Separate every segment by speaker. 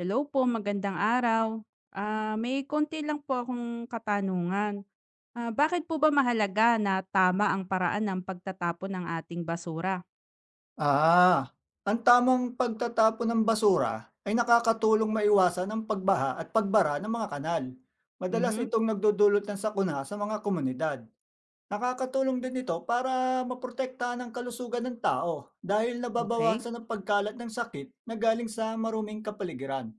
Speaker 1: Hello po, magandang araw. May konti lang po akong katanungan. Bakit po ba mahalaga na tama ang paraan ng pagtatapon ng ating basura?
Speaker 2: Ah, ang tamang pagtatapon ng basura ay nakakatulong maiwasan ang pagbaha at pagbara ng mga kanal. Madalas
Speaker 1: Mhm.
Speaker 2: itong nagdudulot ng sakuna sa mga komunidad. Nakakatulong din ito para maprotektahan ang kalusugan ng tao dahil
Speaker 1: Okay,
Speaker 2: nababawasan ang pagkalat ng sakit na galing sa maruming kapaligiran.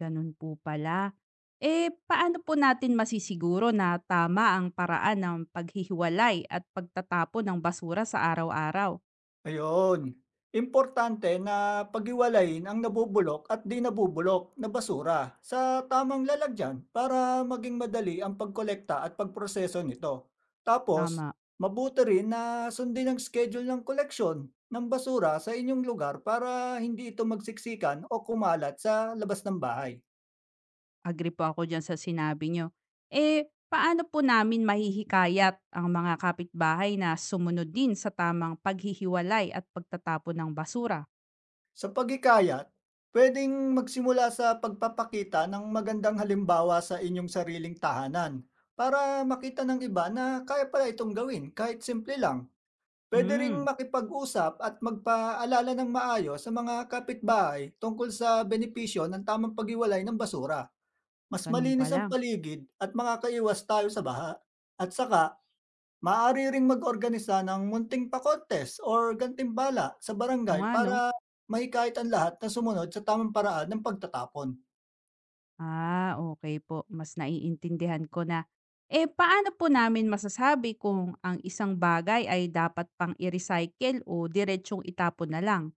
Speaker 1: ganun po pala. Eh, paano po natin masisiguro na tama ang paraan ng paghihiwalay at pagtatapon ng basura sa araw-araw?
Speaker 2: Ayun. Importante na paghiwalayin ang nabubulok at di nabubulok na basura sa tamang lalagyan para maging madali ang pagkolekta at pagproseso nito. Tapos,
Speaker 1: Tama.
Speaker 2: mabuti rin na sundin ang schedule ng koleksyon ng basura sa inyong lugar para hindi ito magsiksikan o kumalat sa labas ng bahay.
Speaker 1: Agree po ako diyan sa sinabi niyo. Eh, paano po namin mahihikayat ang mga kapitbahay na sumunod din sa tamang paghihiwalay at pagtatapon ng basura?
Speaker 2: Sa paghikayat, puwedeng magsimula sa pagpapakita ng magandang halimbawa sa inyong sariling tahanan para makita ng iba na kaya pala itong gawin kahit simple lang. Pwede ring
Speaker 1: Hmm,
Speaker 2: makipag-usap at magpaalala ng maayos sa mga kapitbahay tungkol sa benepisyo ng tamang paghiwalay ng basura. Mas
Speaker 1: ganun
Speaker 2: malinis
Speaker 1: pala.
Speaker 2: ang paligid at makakaiwas tayo sa baha. At saka, maaari ring mag-organisa ng munting pa-contest or gantimbala sa
Speaker 1: O
Speaker 2: barangay
Speaker 1: nga, no?
Speaker 2: para mahikayat ang lahat na sumunod sa tamang paraan ng pagtatapon.
Speaker 1: Ah, okay po. Mas naiintindihan ko na. Eh, paano po namin masasabi kung ang isang bagay ay dapat pang i-recycle o diretsyong itapon na lang?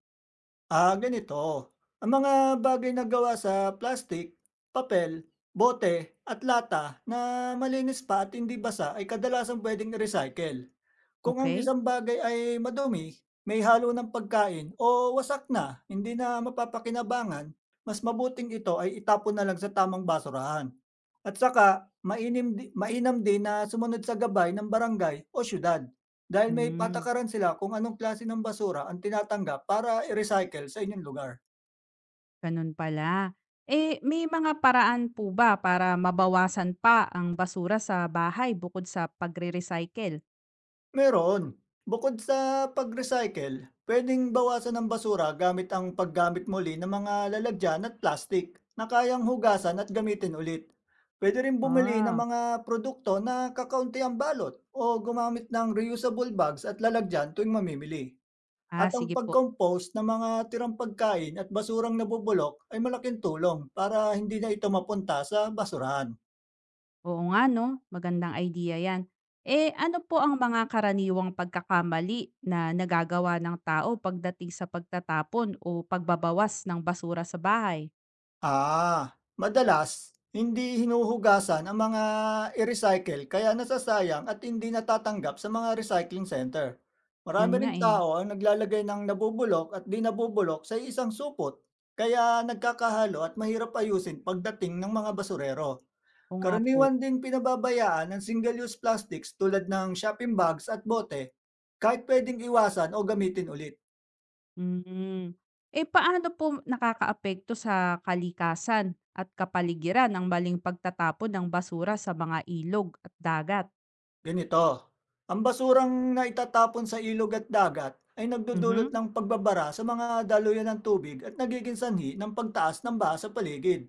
Speaker 2: Ah, ganito. Ang mga bagay na gawa sa plastik, papel, bote, at lata na malinis pa at hindi basa ay kadalasang pwedeng recycle. Kung ang
Speaker 1: Okay?
Speaker 2: isang bagay ay madumi, may halo ng pagkain o wasak na, hindi na mapapakinabangan, mas mabuting ito ay itapon na lang sa tamang basurahan. At saka, mainam din na sumunod sa gabay ng barangay o syudad dahil may
Speaker 1: Hmm.
Speaker 2: patakaran sila kung anong klase ng basura ang tinatanggap para i-recycle sa inyong lugar.
Speaker 1: Ganun pala. Eh, may mga paraan po ba para mabawasan pa ang basura sa bahay bukod sa pagre-recycle?
Speaker 2: Meron. Bukod sa pag-recycle, pwedeng bawasan ang basura gamit ang paggamit muli ng mga lalagyan at plastik na kayang hugasan at gamitin ulit. Pwede rin bumili ng
Speaker 1: Ah,
Speaker 2: mga produkto na kakaunti ang balot o gumamit ng reusable bags at lalagyan tuwing mamimili.
Speaker 1: ah
Speaker 2: At ang
Speaker 1: sige po.
Speaker 2: pag-compost ng mga tirang pagkain at basurang nabubulok ay malaking tulong para hindi na ito mapunta sa basurahan.
Speaker 1: Oo nga no, magandang idea 'yan. Eh, ano po ang mga karaniwang pagkakamali na nagagawa ng tao pagdating sa pagtatapon o pagbabawas ng basura sa bahay?
Speaker 2: Ah, madalas hindi hinuhugasan ang mga i-recycle kaya nasasayang at hindi natatanggap sa mga recycling center.
Speaker 1: Yun
Speaker 2: Marami
Speaker 1: nga
Speaker 2: ring
Speaker 1: eh.
Speaker 2: tao ang naglalagay ng nabubulok at di nabubulok sa isang supot, kaya nagkakahalo at mahirap ayusin pagdating ng mga basurero.
Speaker 1: Oo nga po.
Speaker 2: Karaniwan din pinababayaan ang single-use plastics tulad ng shopping bags at bote, kahit pwedeng iwasan o gamitin ulit.
Speaker 1: Hmm. Eh, paano po nakakaapekto sa kalikasan at kapaligiran ang maling pagtatapon ng basura sa mga ilog at dagat?
Speaker 2: Ganito, ang basurang naitatapon sa ilog at dagat ay nagdudulot
Speaker 1: Mhm.
Speaker 2: ng pagbabara sa mga daluyan ng tubig at nagiging sanhi ng pagtaas ng baha sa paligid.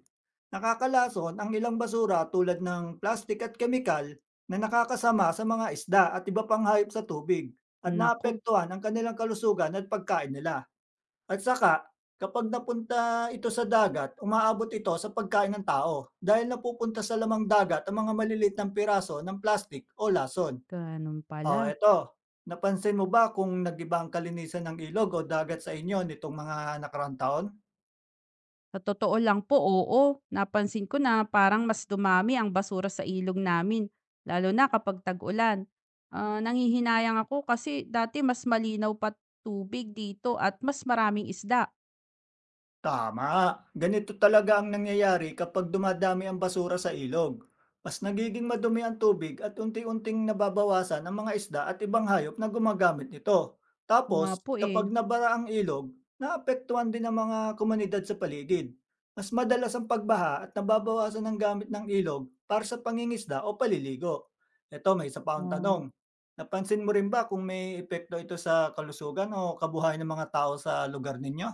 Speaker 2: Nakakalason ang ilang basura tulad ng plastik at kemikal na nakakasama sa mga isda at iba pang hayop sa tubig at
Speaker 1: Naku,
Speaker 2: naapektuhan ang kanilang kalusugan at pagkain nila. At saka, kapag napunta ito sa dagat, umaabot ito sa pagkain ng tao dahil napupunta sa lamang dagat ang mga maliliit na piraso ng plastik o lason.
Speaker 1: ganun pala.
Speaker 2: Oh, eto, napansin mo ba kung nag-iba ang kalinisan ng ilog o dagat sa inyo nitong mga nakaraang taon?
Speaker 1: Sa totoo lang po, oo. Napansin ko na parang mas dumami ang basura sa ilog namin, lalo na kapag tag-ulan. Nangihinayang ako kasi dati mas malinaw pa tubig dito at mas maraming isda.
Speaker 2: Tama. Ganito talaga ang nangyayari kapag dumadami ang basura sa ilog. Mas nagiging madumi ang tubig at unti-unting nababawasan ang mga isda at ibang hayop na gumagamit nito.
Speaker 1: Oo nga
Speaker 2: Tapos,
Speaker 1: po eh.
Speaker 2: kapag nabara ang ilog, naapektuhan din ang mga komunidad sa paligid. Mas madalas ang pagbaha at nababawasan ang gamit ng ilog para sa pangingisda o paliligo. Ito, may isa pa akong
Speaker 1: Oo.
Speaker 2: tanong. Napansin mo rin ba kung may epekto ito sa kalusugan o kabuhayan ng mga tao sa lugar ninyo?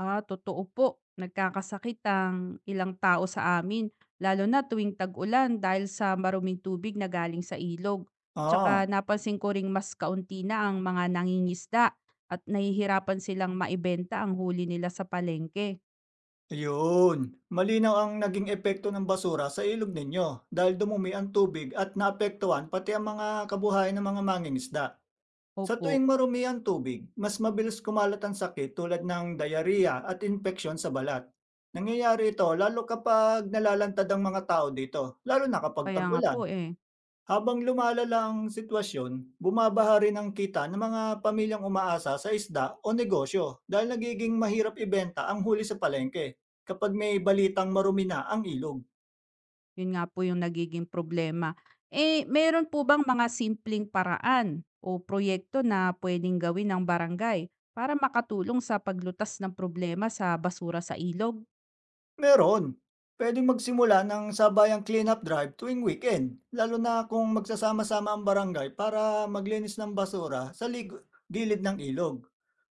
Speaker 1: Totoo po. Nagkakasakit ang ilang tao sa amin, lalo na tuwing tag-ulan dahil sa maruming tubig na galing sa ilog.
Speaker 2: Oo.
Speaker 1: Tsaka napansin ko ring mas kaunti na ang mga nangingisda at nahihirapan silang maibenta ang huli nila sa palengke.
Speaker 2: Ayun, malinaw ang naging epekto ng basura sa ilog ninyo dahil dumumi ang tubig at naapektuhan pati ang mga kabuhayan ng mga mangingisda. Sa
Speaker 1: Opo,
Speaker 2: tuwing marumi ang tubig, mas mabilis kumalat ang sakit tulad ng diarrhea at infeksyon sa balat. Nangyayari ito lalo kapag nalalantad ang mga tao dito, lalo na kapag
Speaker 1: kaya nga po
Speaker 2: tag-ulan.
Speaker 1: eh.
Speaker 2: Habang lumalala ang sitwasyon, bumabaha rin ang kita ng mga pamilyang umaasa sa isda o negosyo dahil nagiging mahirap ibenta ang huli sa palengke kapag may balitang marumi na ang ilog.
Speaker 1: Yun nga po yung nagiging problema. Eh, meron po bang mga simpleng paraan o proyekto na pwedeng gawin ng barangay para makatulong sa paglutas ng problema sa basura sa ilog?
Speaker 2: Meron. Pwedeng magsimula ng sabayang cleanup drive tuwing weekend, lalo na kung magsasama-sama ang barangay para maglinis ng basura sa gilid ng ilog.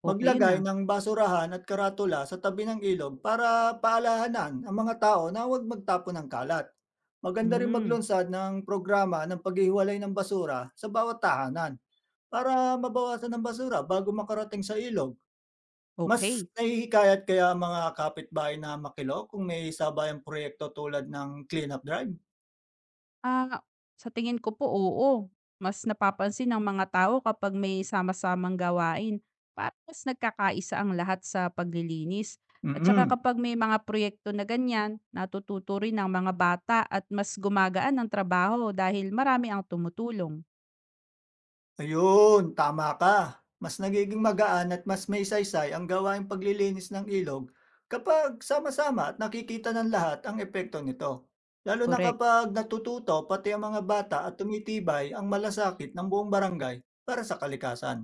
Speaker 1: Okey yun, ah.
Speaker 2: Maglagay ng basurahan at karatula sa tabi ng ilog para paalahanan ang mga tao na huwag magtapon ng kalat. Maganda rin
Speaker 1: Hmm,
Speaker 2: maglunsad ng programa ng paghihiwalay ng basura sa bawat tahanan para mabawasan ng basura bago makarating sa ilog. Mas
Speaker 1: okey.
Speaker 2: nahihikayat kaya ang mga kapitbahay na makilahok kung may sabayang proyekto tulad ng cleanup drive?
Speaker 1: Ah, sa tingin ko po, oo. Mas napapansin ng mga tao kapag may sama-samang gawain. Parang mas nagkakaisa ang lahat sa paglilinis at saka
Speaker 2: Mm,
Speaker 1: kapag may mga proyekto na ganyan, natututo rin ang mga bata at mas gumagaan ang trabaho dahil marami ang tumutulong,
Speaker 2: ayun, tama ka. Mas nagiging magaan at mas may saysay ang gawaing paglilinis ng ilog kapag sama-sama at nakikita ng lahat ang epekto nito. Lalo na
Speaker 1: korek.
Speaker 2: kapag natututo pati ang mga bata at tumitibay ang malasakit ng buong barangay para sa kalikasan.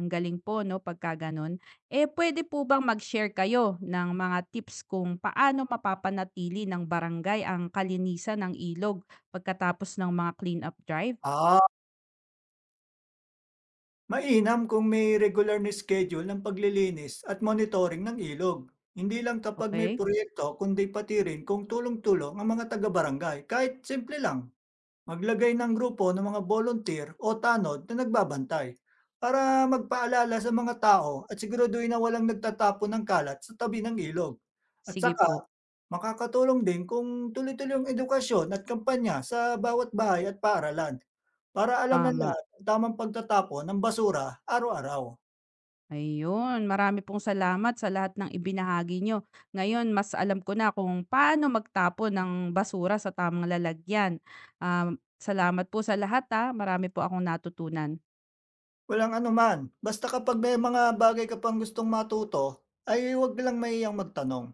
Speaker 1: Ang galing po 'no, pagka gano'n. Eh, puwede po bang mag-share kayo ng mga tips kung paano mapapanatili ng barangay ang kalinisan ng ilog pagkatapos ng mga clean-up drive?
Speaker 2: Ah, mainam kung may regular na schedule ng paglilinis at monitoring ng ilog. Hindi lang kapag may
Speaker 1: Okay?
Speaker 2: proyekto, kundi pati rin kung tulong-tulong ang mga taga-barangay, kahit simple lang. Maglagay ng grupo ng mga volunteer o tanod na nagbabantay para magpaalala sa mga tao at siguraduhin na walang nagtatapon ng kalat sa tabi ng ilog. At
Speaker 1: Sige
Speaker 2: saka,
Speaker 1: po,
Speaker 2: makakatulong din kung tuloy-tuloy ang edukasyon at kampanya sa bawat bahay at paaralan para alam ng
Speaker 1: tama.
Speaker 2: lahat ang tamang pagtatapon ng basura araw-araw.
Speaker 1: Ayun, marami pong salamat sa lahat ng ibinahagi nyo. Ngayon mas alam ko na kung paano magtapon ng basura sa tamang lalagyan. Salamat po sa lahat, ah, marami po akong natutunan.
Speaker 2: Walang anuman, basta kapag may mga bagay ka pang gustong matuto, ay huwag lang mahiyang magtanong.